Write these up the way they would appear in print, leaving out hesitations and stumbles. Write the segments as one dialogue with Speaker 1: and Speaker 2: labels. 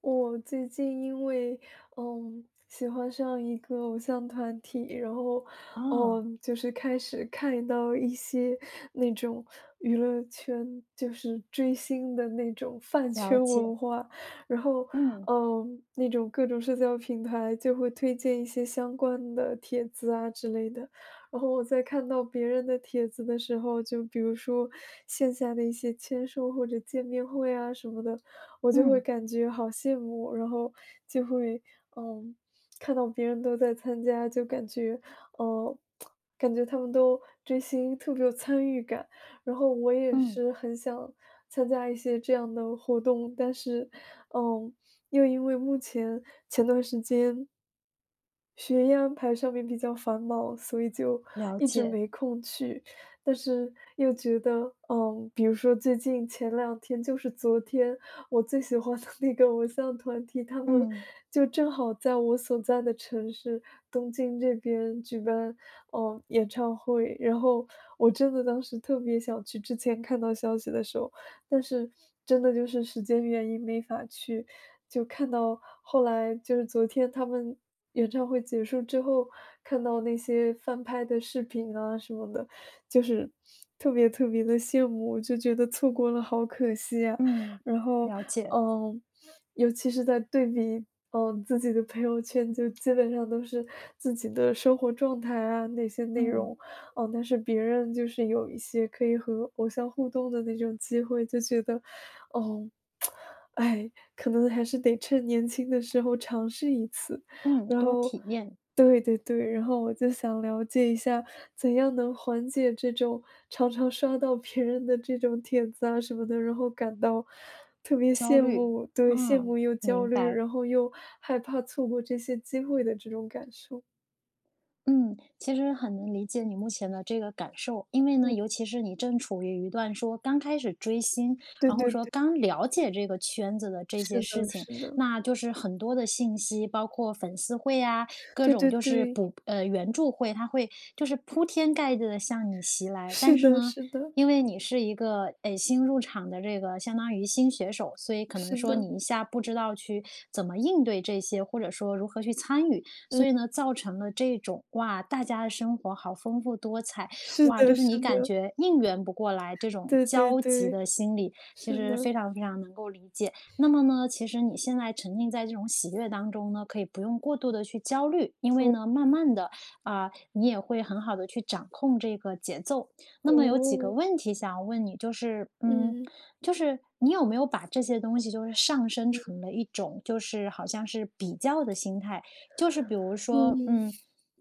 Speaker 1: 我最近因为，喜欢上一个偶像团体，然后，
Speaker 2: 哦，
Speaker 1: 就是开始看到一些那种娱乐圈就是追星的那种饭
Speaker 2: 了
Speaker 1: 圈
Speaker 2: 解，
Speaker 1: 文化，然后，
Speaker 2: 嗯
Speaker 1: 那种各种社交平台就会推荐一些相关的帖子啊之类的。然后我在看到别人的帖子的时候，就比如说线下的一些签售或者见面会啊什么的，我就会
Speaker 2: 嗯
Speaker 1: 感觉好羡慕，然后就会，嗯，看到别人都在参加，就感觉，呃，他们都追星特别有参与感。然后我也
Speaker 2: 嗯，
Speaker 1: 是很想参加一些这样的活动，但是，嗯，又因为前段时间学业安排上面比较繁忙，所以就
Speaker 2: 了
Speaker 1: 一直
Speaker 2: 解，
Speaker 1: 没空去。但是又觉得，比如说最近前2天，就是昨天，我最喜欢的 那个偶像团体，他们
Speaker 2: 嗯
Speaker 1: 就正好在我所在的城市东京这边举办演唱会，然后我真的当时特别想去，之前看到消息的时候，但是真的就是时间原因没法去。就看到后来就是昨天他们演唱会结束之后，看到那些翻拍的视频啊什么的，就是特别特别的羡慕，就觉得错过了好可惜啊。
Speaker 2: 嗯，
Speaker 1: 然后
Speaker 2: 了解，
Speaker 1: 嗯，尤其是在对比，自己的朋友圈，就基本上都是自己的生活状态啊，那些内
Speaker 2: 嗯
Speaker 1: 容。但是别人就是有一些可以和偶像互动的那种机会，就觉得，哦，哎，可能还是得趁年轻的时候尝试一次。
Speaker 2: 嗯，
Speaker 1: 然
Speaker 2: 多
Speaker 1: 后
Speaker 2: 体验
Speaker 1: 对对对，然后我就想了解一下，怎样能缓解这种常常刷到别人的这种帖子啊什么的，然后感到特别
Speaker 2: 焦
Speaker 1: 羡
Speaker 2: 虑，
Speaker 1: 慕，对，羡
Speaker 2: 嗯，
Speaker 1: 慕又焦
Speaker 2: 明
Speaker 1: 虑，
Speaker 2: 白。
Speaker 1: 然后又害怕错过这些机会的这种感受。
Speaker 2: 嗯，其实很能理解你目前的这个感受，因为呢，尤其是你正处于一段说刚开始追星，
Speaker 1: 对
Speaker 2: 然后
Speaker 1: 对
Speaker 2: 说
Speaker 1: 对，
Speaker 2: 刚了解这个圈子的这些
Speaker 1: 是
Speaker 2: 事
Speaker 1: 的
Speaker 2: 情，
Speaker 1: 是的，
Speaker 2: 那就是很多的信息，包括粉丝会啊，各
Speaker 1: 对
Speaker 2: 种
Speaker 1: 对
Speaker 2: 就是
Speaker 1: 对，
Speaker 2: 援助会，它会就是铺天盖地的向你袭来。但
Speaker 1: 是
Speaker 2: 是
Speaker 1: 的
Speaker 2: 呢，
Speaker 1: 是的，
Speaker 2: 因为你是一个新入场的这个相当于新选手，所以可能
Speaker 1: 是
Speaker 2: 说
Speaker 1: 的，
Speaker 2: 你一下不知道去怎么应对这些，或者说如何去参与。所以呢，造成了这种哇，大家的生活好丰富多彩，
Speaker 1: 是
Speaker 2: 哇，
Speaker 1: 的
Speaker 2: 就是
Speaker 1: 是
Speaker 2: 你感
Speaker 1: 的，
Speaker 2: 觉应援不过来这种
Speaker 1: 对对
Speaker 2: 焦急
Speaker 1: 对，
Speaker 2: 的心理，其
Speaker 1: 是
Speaker 2: 实
Speaker 1: 的，
Speaker 2: 非常非常能够理解。那么呢，其实你现在沉浸在这种喜悦当中呢，可以不用过度的去焦虑，因为
Speaker 1: 哦，
Speaker 2: 呢，慢慢的啊、你也会很好的去掌控这个节奏。那么有几个
Speaker 1: 哦，
Speaker 2: 问题想要问你，就是嗯，
Speaker 1: 嗯，
Speaker 2: 就是你有没有把这些东西就是上升
Speaker 1: 嗯，
Speaker 2: 成了一种就是好像是比较的心态？就是比如说，
Speaker 1: 嗯，
Speaker 2: 嗯，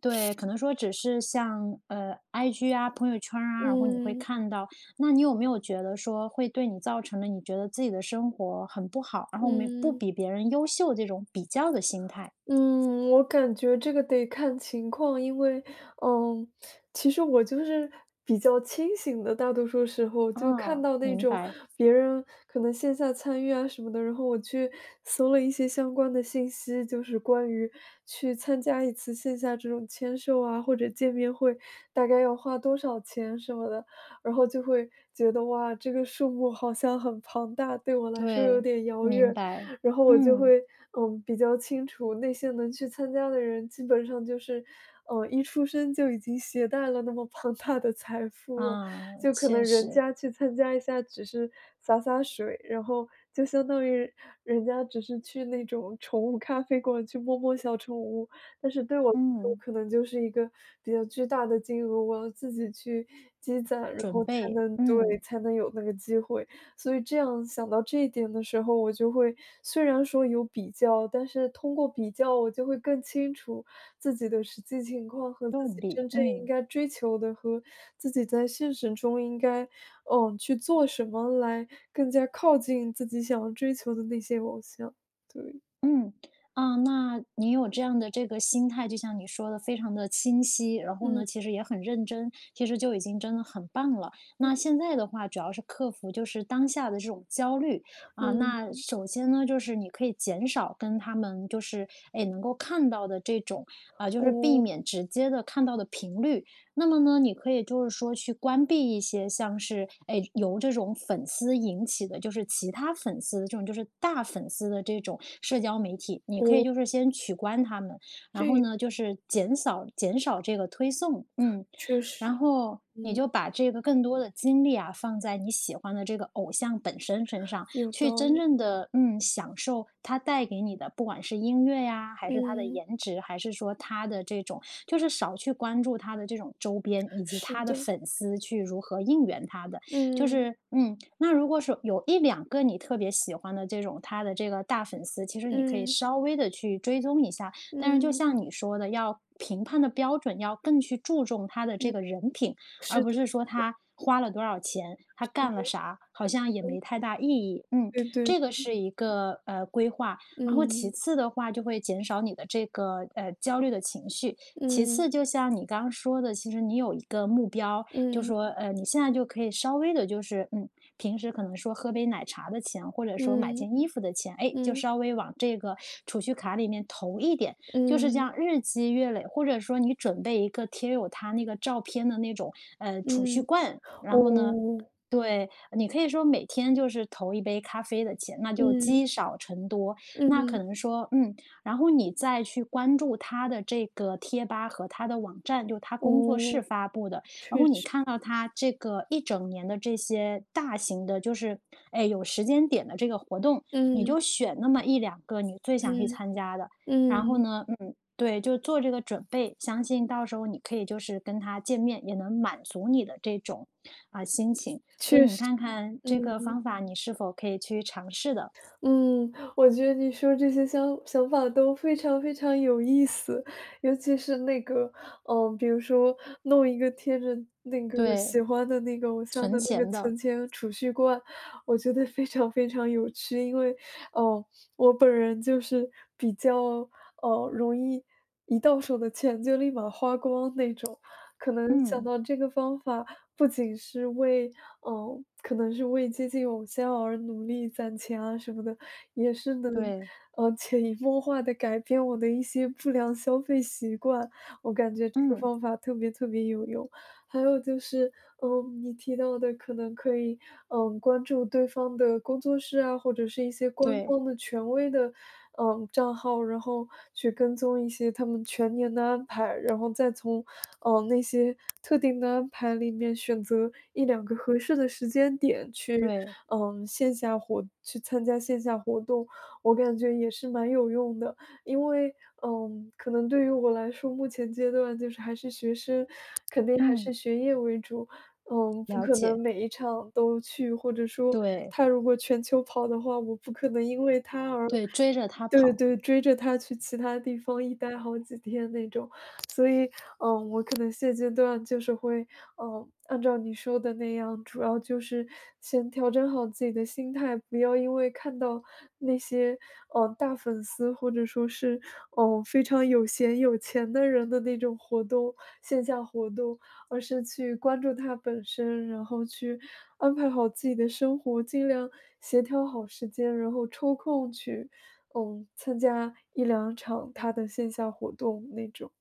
Speaker 2: 对，可能说只是像IG 啊、朋友圈啊，然后你会
Speaker 1: 嗯，
Speaker 2: 看到，那你有没有觉得说会对你造成了你觉得自己的生活很不好，然后没不
Speaker 1: 嗯。
Speaker 2: 比别人优秀这种比较的心态？
Speaker 1: 嗯，我感觉这个得看情况，因为，嗯，其实我就是比较清醒的，大多数时候就看
Speaker 2: 啊，
Speaker 1: 到那
Speaker 2: 明
Speaker 1: 种
Speaker 2: 白，
Speaker 1: 别人可能线下参与啊什么的，然后我去搜了一些相关的信息，就是关于去参加一次线下这种签售啊或者见面会，大概要花多少钱什么的，然后就会觉得哇，这个数目好像很庞大，对我来说有
Speaker 2: 对，
Speaker 1: 点遥
Speaker 2: 明
Speaker 1: 远。
Speaker 2: 白，
Speaker 1: 然后我就
Speaker 2: 嗯，
Speaker 1: 会，比较清楚那些能去参加的人，基本上就是，一出生就已经携带了那么庞大的财富了，
Speaker 2: 啊，
Speaker 1: 就可能
Speaker 2: 确
Speaker 1: 人
Speaker 2: 实，
Speaker 1: 家去参加一下只是洒洒水，然后就相当于人家只是去那种宠物咖啡馆去摸摸小宠物，但是对我来说
Speaker 2: 嗯，
Speaker 1: 可能就是一个比较巨大的金额，我要自己去积攒，然
Speaker 2: 准
Speaker 1: 后才
Speaker 2: 备，
Speaker 1: 能对，
Speaker 2: 嗯，
Speaker 1: 才能有那个机会。所以这样想到这一点的时候，我就会虽然说有比较，但是通过比较，我就会更清楚自己的实际情况和自
Speaker 2: 动
Speaker 1: 己
Speaker 2: 力，
Speaker 1: 真正应
Speaker 2: 嗯。
Speaker 1: 该追求的，和自己在现实中应该，去做什么来更加靠近自己想要追求的那些偶像。对，
Speaker 2: 嗯，啊，那你有这样的这个心态，就像你说的，非常的清晰，然后呢，
Speaker 1: 嗯
Speaker 2: 其实也很认真，其实就已经真的很棒了。
Speaker 1: 嗯
Speaker 2: 那现在的话，主要是克服就是当下的这种焦虑啊。
Speaker 1: 嗯，
Speaker 2: 那首先呢，就是你可以减少跟他们就是哎能够看到的这种啊，就是避
Speaker 1: 哦
Speaker 2: 免直接的看到的频率。那么呢，你可以就是说去关闭一些像是，哎，由这种粉丝引起的，就是其他粉丝的这种就是大粉丝的这种社交媒体，你可以
Speaker 1: 哦，
Speaker 2: 就是先取关他们，然
Speaker 1: 这
Speaker 2: 后
Speaker 1: 也
Speaker 2: 呢，就是减少这个推送，嗯，
Speaker 1: 确
Speaker 2: 然
Speaker 1: 实，
Speaker 2: 后你
Speaker 1: 嗯，
Speaker 2: 就把这个更多的精力啊放在你喜欢的这个偶像本身身上，
Speaker 1: 有
Speaker 2: 去
Speaker 1: 道
Speaker 2: 真
Speaker 1: 理，
Speaker 2: 正的嗯享受它带给你的，不管是音乐呀，还是它的
Speaker 1: 嗯，
Speaker 2: 颜值，还是说它的这种，就是少去关注它的这种周边以及
Speaker 1: 是
Speaker 2: 它的
Speaker 1: 的，
Speaker 2: 粉丝去如何应援它的，就
Speaker 1: 嗯
Speaker 2: 是嗯，那如果是有一两个你特别喜欢的这种他的这个大粉丝，其实你可以
Speaker 1: 嗯
Speaker 2: 稍微的去追踪一下，但是就
Speaker 1: 嗯
Speaker 2: 像你说的，要评判的标准要更去注重他的
Speaker 1: 嗯，
Speaker 2: 这个人品，而
Speaker 1: 是
Speaker 2: 不
Speaker 1: 的，
Speaker 2: 是说他花了多少钱，他
Speaker 1: 是
Speaker 2: 干了
Speaker 1: 的。
Speaker 2: 啥，好像也没太大意义。嗯，
Speaker 1: 对对。
Speaker 2: 这个是一个规划。然后其
Speaker 1: 嗯，
Speaker 2: 次的话，就会减少你的这个焦虑的情绪。其次，
Speaker 1: 嗯，
Speaker 2: 就像你刚刚说的，其实你有一个目标，就
Speaker 1: 嗯，
Speaker 2: 说你现在就可以稍微的，就是嗯平时可能说喝杯奶茶的钱，或者说买
Speaker 1: 嗯，
Speaker 2: 件衣服的钱，哎，就
Speaker 1: 嗯，
Speaker 2: 稍微往这个储蓄卡里面投一点。就是这
Speaker 1: 嗯，
Speaker 2: 样日积月累，或者说你准备一个贴有他那个照片的那种储蓄
Speaker 1: 嗯，
Speaker 2: 罐，然后呢，
Speaker 1: 哦，
Speaker 2: 对，你可以说每天就是投一杯咖啡的钱，那就
Speaker 1: 嗯，
Speaker 2: 积少成多。那可
Speaker 1: 嗯，
Speaker 2: 能说，嗯，然后你再去关注他的这个贴吧和他的网站，就他工作室
Speaker 1: 哦，
Speaker 2: 发布的，然后
Speaker 1: 确
Speaker 2: 你
Speaker 1: 实，
Speaker 2: 看到他这个一整年的这些大型的，就是哎有时间点的这个活动，你
Speaker 1: 嗯，
Speaker 2: 就选那么一两个你最想去
Speaker 1: 嗯，
Speaker 2: 参加的。然后
Speaker 1: 嗯，
Speaker 2: 呢，嗯对，就做这个准备，相信到时候你可以就是跟他见面，也能满足你的这种啊、心情。所以
Speaker 1: 确
Speaker 2: 你
Speaker 1: 实，
Speaker 2: 看看这个
Speaker 1: 嗯。
Speaker 2: 方法，你是否可以去尝试的？
Speaker 1: 嗯，我觉得你说这些想法都非常非常有意思，尤其是那个，比如说弄一个贴着那个
Speaker 2: 对，
Speaker 1: 喜欢的那个偶像
Speaker 2: 存
Speaker 1: 的那个
Speaker 2: 钱的，
Speaker 1: 存钱储蓄罐，我觉得非常非常有趣。因为，哦，我本人就是比较，容易一到手的钱就立马花光那种。可能想
Speaker 2: 嗯，
Speaker 1: 到这个方法，不仅是为可能是为接近偶像而努力攒钱啊什么的，也是能，
Speaker 2: 对，
Speaker 1: 潜移默化的改变我的一些不良消费习惯，我感觉这个
Speaker 2: 嗯，
Speaker 1: 方法特别特别有用。还有就是，你提到的可能可以，关注对方的工作室啊，或者是一些官
Speaker 2: 对，
Speaker 1: 方的权威的，账号，然后去跟踪一些他们全年的安排，然后再从那些特定的安排里面选择一两个合适的时间点去，
Speaker 2: 对，
Speaker 1: 嗯，线下活去参加线下活动，我感觉也是蛮有用的。因为，可能对于我来说，目前阶段就是还是学生，肯定还
Speaker 2: 嗯，
Speaker 1: 是学业为主，不
Speaker 2: 了
Speaker 1: 可能
Speaker 2: 解，
Speaker 1: 每一场都去，或者说
Speaker 2: 对，
Speaker 1: 他如果全球跑的话，我不可能因为他而
Speaker 2: 对，追着他
Speaker 1: 对
Speaker 2: 跑。
Speaker 1: 对，追着他去其他地方一待好几天那种。所以，我可能现阶段就是会，按照你说的那样，主要就是先调整好自己的心态，不要因为看到那些，大粉丝或者说是，非常有闲有钱的人的那种活动，线下活动，而是去关注他本身，然后去安排好自己的生活，尽量协调好时间，然后抽空去，参加一两场他的线下活动那种。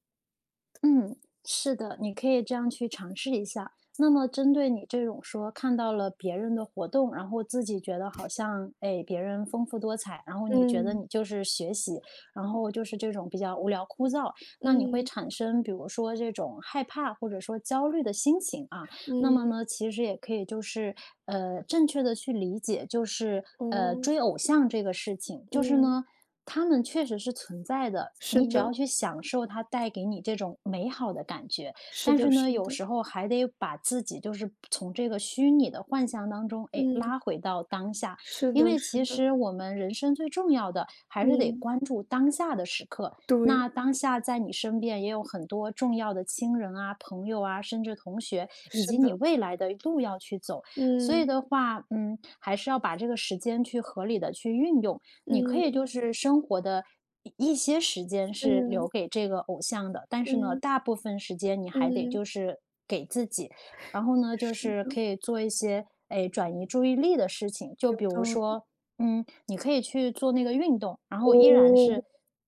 Speaker 2: 嗯，是的，你可以这样去尝试一下。那么，针对你这种说看到了别人的活动，然后自己觉得好像哎别人丰富多彩，然后你觉得
Speaker 1: 嗯，
Speaker 2: 你就是学习，然后就是这种比较无聊枯燥，那你会
Speaker 1: 嗯，
Speaker 2: 产生比如说这种害怕或者说焦虑的心情啊。那
Speaker 1: 嗯，
Speaker 2: 么呢，其实也可以就是正确的去理解，就是
Speaker 1: 哦，
Speaker 2: 追偶像这个事情，就是
Speaker 1: 嗯，
Speaker 2: 呢他们确实是存在的，
Speaker 1: 是
Speaker 2: 你只
Speaker 1: 的，
Speaker 2: 要去享受它带给你这种美好的感觉。
Speaker 1: 是
Speaker 2: 但是
Speaker 1: 的，
Speaker 2: 呢，
Speaker 1: 是
Speaker 2: 有
Speaker 1: 的，
Speaker 2: 时候还得把自己就是从这个虚拟的幻象当中，哎，
Speaker 1: 嗯，
Speaker 2: 拉回到当下。
Speaker 1: 是
Speaker 2: 因
Speaker 1: 的，
Speaker 2: 为
Speaker 1: 是
Speaker 2: 其
Speaker 1: 的，
Speaker 2: 实我们人生最重要的还是得
Speaker 1: 嗯，
Speaker 2: 关注当下的时刻。那
Speaker 1: 对，
Speaker 2: 当下在你身边也有很多重要的亲人啊、朋友啊，甚至同学，以
Speaker 1: 是
Speaker 2: 及你
Speaker 1: 的，
Speaker 2: 未来的路要去走。所以
Speaker 1: 嗯，
Speaker 2: 的话，嗯，还是要把这个时间去合理的去运用。你可以
Speaker 1: 嗯，
Speaker 2: 就是生活的一些时间是留
Speaker 1: 嗯，
Speaker 2: 给这个偶像的，但是呢，
Speaker 1: 嗯，
Speaker 2: 大部分时间你还得
Speaker 1: 嗯，
Speaker 2: 就是给自己，然后呢，就
Speaker 1: 是
Speaker 2: 是
Speaker 1: 的，
Speaker 2: 可以做一些哎转移注意力的事情，就
Speaker 1: 有
Speaker 2: 比如
Speaker 1: 道理，
Speaker 2: 说，嗯，你可以去做那个运动，然后依然
Speaker 1: 哦，
Speaker 2: 是。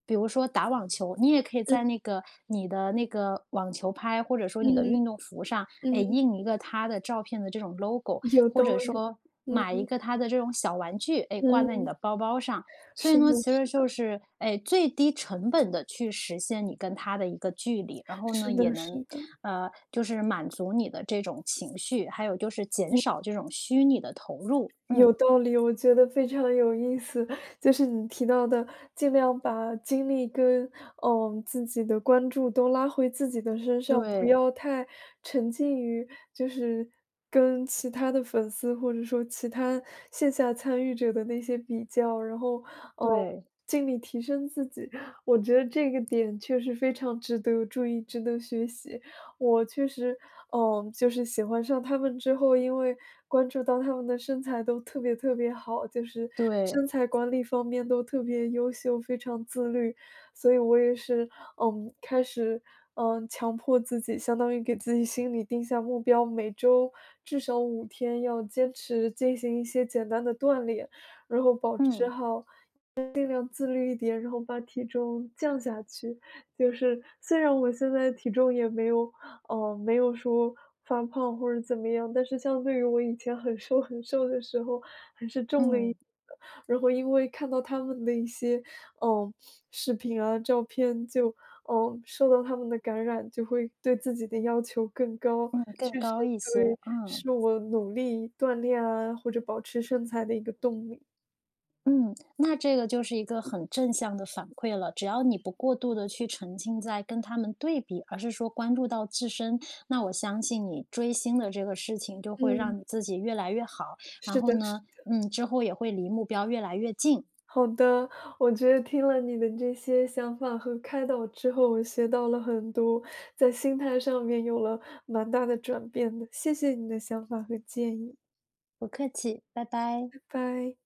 Speaker 2: 比如说打网球，你也可以
Speaker 1: 嗯，
Speaker 2: 在那个你的那个网球拍，或者说你的
Speaker 1: 嗯，
Speaker 2: 运动服上，哎，
Speaker 1: 嗯，
Speaker 2: 印一个他的照片的这种 logo，
Speaker 1: 有
Speaker 2: 或
Speaker 1: 道
Speaker 2: 者
Speaker 1: 理，
Speaker 2: 说
Speaker 1: 嗯，
Speaker 2: 买一个他的这种小玩具，哎，挂在你
Speaker 1: 嗯，
Speaker 2: 的包包上，所以
Speaker 1: 是
Speaker 2: 呢，
Speaker 1: 的，
Speaker 2: 其实
Speaker 1: 是
Speaker 2: 就
Speaker 1: 的，
Speaker 2: 是，哎，最低成本的去实现你跟他的一个距离，然后呢，
Speaker 1: 是的，
Speaker 2: 也
Speaker 1: 是
Speaker 2: 能，
Speaker 1: 的，嗯。
Speaker 2: 就是满足你的这种情绪，还有就是减少这种虚拟的投入。嗯，
Speaker 1: 有道理，我觉得非常有意思。就是你提到的，尽量把精力跟自己的关注都拉回自己的身上，不
Speaker 2: 对，
Speaker 1: 要太沉浸于就是跟其他的粉丝或者说其他线下参与者的那些比较，然后嗯
Speaker 2: 对，
Speaker 1: 尽力提升自己。我觉得这个点确实非常值得注意，值得学习。我确实，就是喜欢上他们之后，因为关注到他们的身材都特别特别好，就是
Speaker 2: 对，
Speaker 1: 身材管理方面都特别优秀，非常自律，所以我也是，开始，强迫自己，相当于给自己心里定下目标，每周至少5天要坚持进行一些简单的锻炼，然后保持
Speaker 2: 嗯，
Speaker 1: 好尽量自律一点，然后把体重降下去。就是虽然我现在体重也没有，没有说发胖或者怎么样，但是相对于我以前很瘦很瘦的时候，还是重了一点
Speaker 2: 嗯，
Speaker 1: 的。然后因为看到他们的一些，嗯，视频啊、照片，就，受到他们的感染，就会对自己的要求更高。
Speaker 2: 嗯，更
Speaker 1: 确实，
Speaker 2: 高一些，
Speaker 1: 对，
Speaker 2: 嗯。
Speaker 1: 是我努力锻炼啊，或者保持身材的一个动力。
Speaker 2: 嗯，那这个就是一个很正向的反馈了。只要你不过度的去沉浸在跟他们对比，而是说关注到自身，那我相信你追星的这个事情就会
Speaker 1: 嗯，
Speaker 2: 让你自己越来越好。然
Speaker 1: 是
Speaker 2: 后
Speaker 1: 的，是
Speaker 2: 呢，
Speaker 1: 的
Speaker 2: 嗯，之后也会离目标越来越近。
Speaker 1: 好的，我觉得听了你的这些想法和开导之后，我学到了很多，在心态上面有了蛮大的转变的。谢谢你的想法和建议，
Speaker 2: 不客气，拜拜。
Speaker 1: 拜拜。